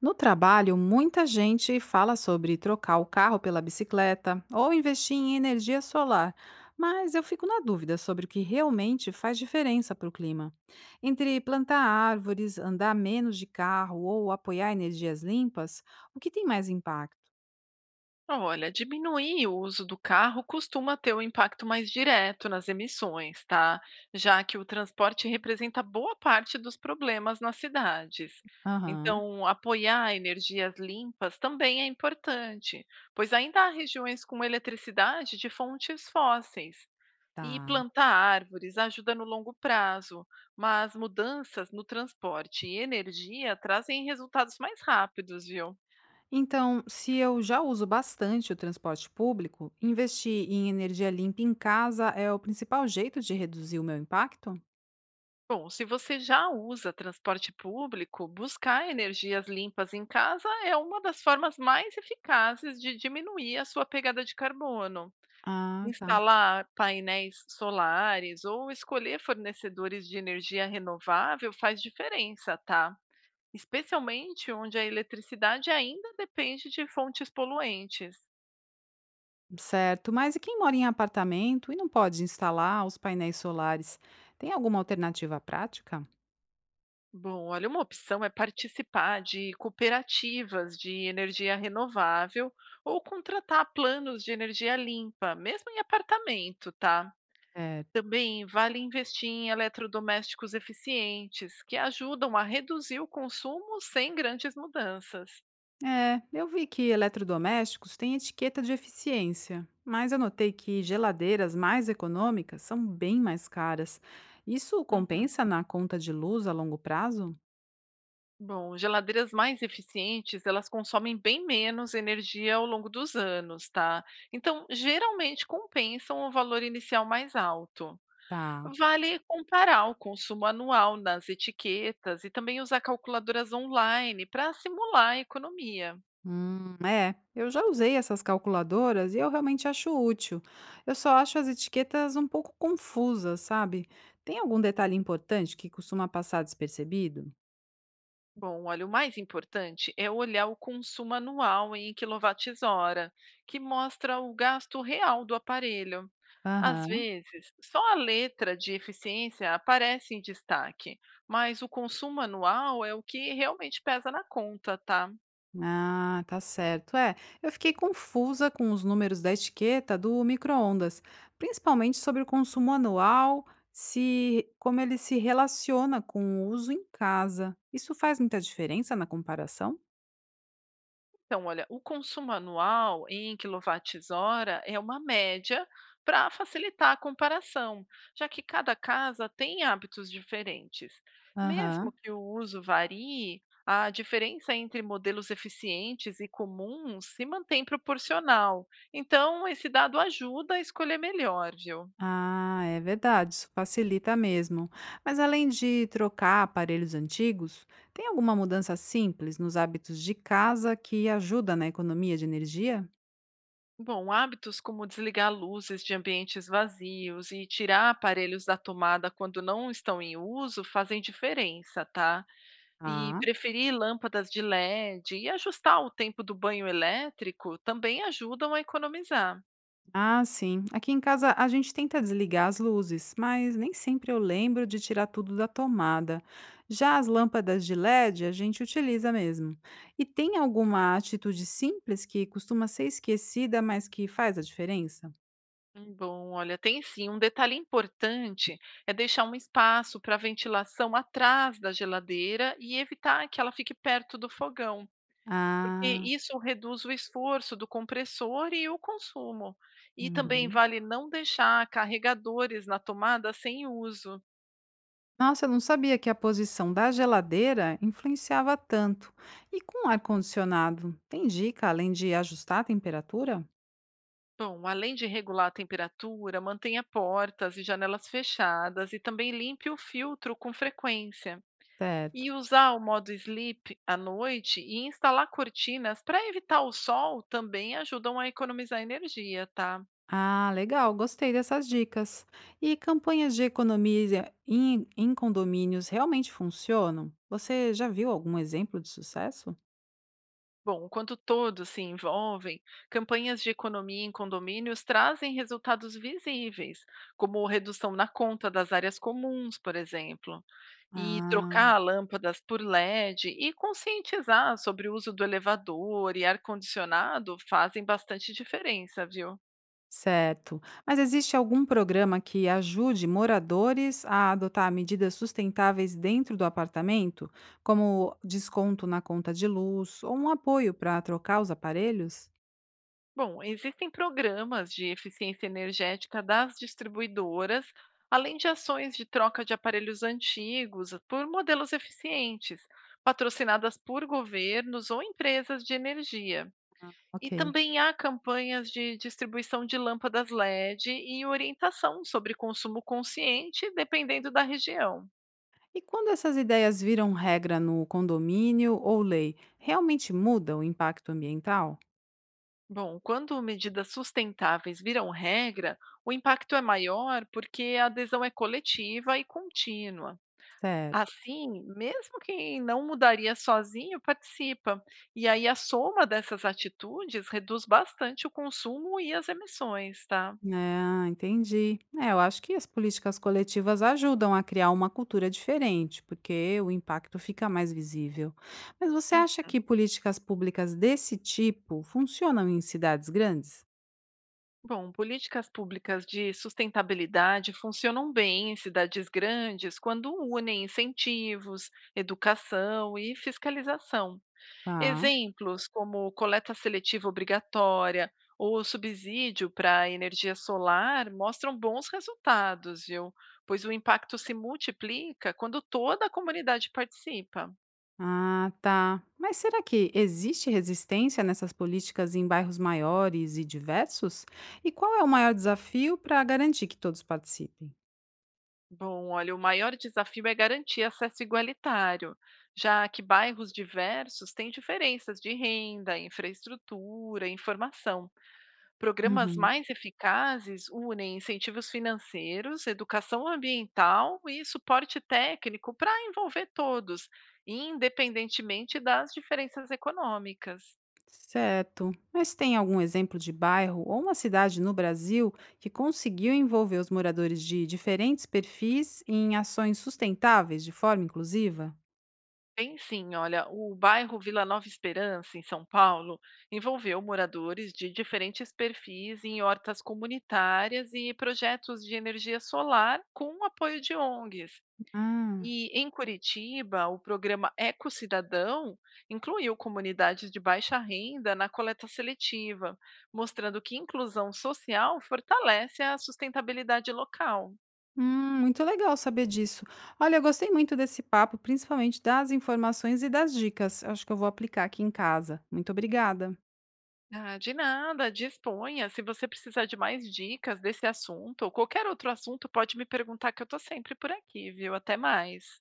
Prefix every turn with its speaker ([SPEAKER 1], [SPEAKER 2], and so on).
[SPEAKER 1] No trabalho, muita gente fala sobre trocar o carro pela bicicleta ou investir em energia solar, mas eu fico na dúvida sobre o que realmente faz diferença para o clima. Entre plantar árvores, andar menos de carro ou apoiar energias limpas, o que tem mais impacto?
[SPEAKER 2] Olha, diminuir o uso do carro costuma ter um impacto mais direto nas emissões, tá? Já que o transporte representa boa parte dos problemas nas cidades.
[SPEAKER 1] Aham,
[SPEAKER 2] Então, apoiar energias limpas também é importante, pois ainda há regiões com eletricidade de fontes fósseis. E
[SPEAKER 1] tá.
[SPEAKER 2] plantar árvores ajuda no longo prazo, mas mudanças no transporte e energia trazem resultados mais rápidos, viu?
[SPEAKER 1] Então, se eu já uso bastante o transporte público, investir em energia limpa em casa é o principal jeito de reduzir o meu impacto?
[SPEAKER 2] Bom, se você já usa transporte público, buscar energias limpas em casa é uma das formas mais eficazes de diminuir a sua pegada de carbono.
[SPEAKER 1] Ah, tá.
[SPEAKER 2] Instalar painéis solares ou escolher fornecedores de energia renovável faz diferença, tá? Especialmente onde a eletricidade ainda depende de fontes poluentes.
[SPEAKER 1] Certo, mas e quem mora em apartamento e não pode instalar os painéis solares, tem alguma alternativa prática?
[SPEAKER 2] Bom, olha, uma opção é participar de cooperativas de energia renovável ou contratar planos de energia limpa, mesmo em apartamento, tá?
[SPEAKER 1] É,
[SPEAKER 2] Também vale investir em eletrodomésticos eficientes, que ajudam a reduzir o consumo sem grandes mudanças.
[SPEAKER 1] Eu vi que eletrodomésticos têm etiqueta de eficiência, mas eu notei que geladeiras mais econômicas são bem mais caras. Isso
[SPEAKER 2] Hum.
[SPEAKER 1] compensa na conta de luz a longo prazo?
[SPEAKER 2] Bom, geladeiras mais eficientes, elas consomem bem menos energia ao longo dos anos, tá? Então, geralmente compensam o valor inicial mais alto.
[SPEAKER 1] Tá.
[SPEAKER 2] Vale comparar o consumo anual nas etiquetas e também usar calculadoras online para simular a economia.
[SPEAKER 1] É, eu já usei essas calculadoras e eu realmente acho útil. Eu só acho as etiquetas um pouco confusas, sabe? Tem algum detalhe importante que costuma passar despercebido?
[SPEAKER 2] Bom, olha, o mais importante é olhar o consumo anual em quilowatt-hora, que mostra o gasto real do aparelho. Às
[SPEAKER 1] Aham.
[SPEAKER 2] vezes, só a letra de eficiência aparece em destaque, mas o consumo anual é o que realmente pesa na conta, tá?
[SPEAKER 1] Ah, tá certo. É, eu fiquei confusa com os números da etiqueta do micro-ondas, principalmente sobre o consumo anual, se como ele se relaciona com o uso em casa. Isso faz muita diferença na comparação?
[SPEAKER 2] Então, olha, o consumo anual em quilowatt hora é uma média para facilitar a comparação, já que cada casa tem hábitos diferentes. Mesmo
[SPEAKER 1] Aham.
[SPEAKER 2] que o uso varie, a diferença entre modelos eficientes e comuns se mantém proporcional. Então, esse dado ajuda a escolher melhor, viu?
[SPEAKER 1] Ah, é verdade, isso facilita mesmo. Mas além de trocar aparelhos antigos, tem alguma mudança simples nos hábitos de casa que ajuda na economia de energia?
[SPEAKER 2] Bom, hábitos como desligar luzes de ambientes vazios e tirar aparelhos da tomada quando não estão em uso fazem diferença, tá? E
[SPEAKER 1] Ah,
[SPEAKER 2] preferir lâmpadas de LED e ajustar o tempo do banho elétrico também ajudam a economizar.
[SPEAKER 1] ah, sim. Aqui em casa a gente tenta desligar as luzes, mas nem sempre eu lembro de tirar tudo da tomada. Já as lâmpadas de LED a gente utiliza mesmo. E tem alguma atitude simples que costuma ser esquecida, mas que faz a diferença?
[SPEAKER 2] Bom, olha, tem sim. Um detalhe importante é deixar um espaço para ventilação atrás da geladeira e evitar que ela fique perto do fogão, porque
[SPEAKER 1] Ah,
[SPEAKER 2] isso reduz o esforço do compressor e o consumo. E também
[SPEAKER 1] uhum.
[SPEAKER 2] vale não deixar carregadores na tomada sem uso.
[SPEAKER 1] Nossa, eu não sabia que a posição da geladeira influenciava tanto. E com o ar-condicionado, tem dica além de ajustar a temperatura?
[SPEAKER 2] Bom, além de regular a temperatura, mantenha portas e janelas fechadas e também limpe o filtro com frequência.
[SPEAKER 1] Certo.
[SPEAKER 2] E usar o modo sleep à noite e instalar cortinas para evitar o sol também ajudam a economizar energia, tá?
[SPEAKER 1] Ah, legal, gostei dessas dicas. E campanhas de economia em condomínios realmente funcionam? Você já viu algum exemplo de sucesso?
[SPEAKER 2] Bom, enquanto todos se envolvem, campanhas de economia em condomínios trazem resultados visíveis, como redução na conta das áreas comuns, por exemplo. E
[SPEAKER 1] Ah.
[SPEAKER 2] trocar lâmpadas por LED e conscientizar sobre o uso do elevador e ar-condicionado fazem bastante diferença, viu?
[SPEAKER 1] Certo. Mas existe algum programa que ajude moradores a adotar medidas sustentáveis dentro do apartamento, como desconto na conta de luz ou um apoio para trocar os aparelhos?
[SPEAKER 2] Bom, existem programas de eficiência energética das distribuidoras, além de ações de troca de aparelhos antigos por modelos eficientes, patrocinadas por governos ou empresas de energia. E
[SPEAKER 1] Ok.
[SPEAKER 2] também há campanhas de distribuição de lâmpadas LED e orientação sobre consumo consciente, dependendo da região.
[SPEAKER 1] E quando essas ideias viram regra no condomínio ou lei, realmente muda o impacto ambiental?
[SPEAKER 2] Bom, quando medidas sustentáveis viram regra, o impacto é maior porque a adesão é coletiva e contínua.
[SPEAKER 1] Certo.
[SPEAKER 2] Assim, mesmo quem não mudaria sozinho participa. E aí a soma dessas atitudes reduz bastante o consumo e as emissões, tá?
[SPEAKER 1] Ah, entendi. É, eu acho que as políticas coletivas ajudam a criar uma cultura diferente, porque o impacto fica mais visível. Mas você acha que políticas públicas desse tipo funcionam em cidades grandes?
[SPEAKER 2] Bom, políticas públicas de sustentabilidade funcionam bem em cidades grandes quando unem incentivos, educação e fiscalização.
[SPEAKER 1] Tá.
[SPEAKER 2] Exemplos como coleta seletiva obrigatória ou subsídio para energia solar mostram bons resultados, viu? Pois o impacto se multiplica quando toda a comunidade participa.
[SPEAKER 1] Ah, tá. Mas será que existe resistência nessas políticas em bairros maiores e diversos? E qual é o maior desafio para garantir que todos participem?
[SPEAKER 2] Bom, olha, o maior desafio é garantir acesso igualitário, já que bairros diversos têm diferenças de renda, infraestrutura, informação. Programas
[SPEAKER 1] Uhum.
[SPEAKER 2] mais eficazes unem incentivos financeiros, educação ambiental e suporte técnico para envolver todos, independentemente das diferenças econômicas.
[SPEAKER 1] Certo. Mas tem algum exemplo de bairro ou uma cidade no Brasil que conseguiu envolver os moradores de diferentes perfis em ações sustentáveis de forma inclusiva?
[SPEAKER 2] Tem sim, olha, o bairro Vila Nova Esperança, em São Paulo, envolveu moradores de diferentes perfis em hortas comunitárias e projetos de energia solar com o apoio de ONGs.
[SPEAKER 1] Ah,
[SPEAKER 2] E em Curitiba, o programa Eco Cidadão incluiu comunidades de baixa renda na coleta seletiva, mostrando que inclusão social fortalece a sustentabilidade local.
[SPEAKER 1] muito legal saber disso. Olha, eu gostei muito desse papo, principalmente das informações e das dicas. Acho que eu vou aplicar aqui em casa. Muito obrigada.
[SPEAKER 2] Ah, de nada, disponha. Se você precisar de mais dicas desse assunto ou qualquer outro assunto, pode me perguntar que eu estou sempre por aqui, viu? Até mais.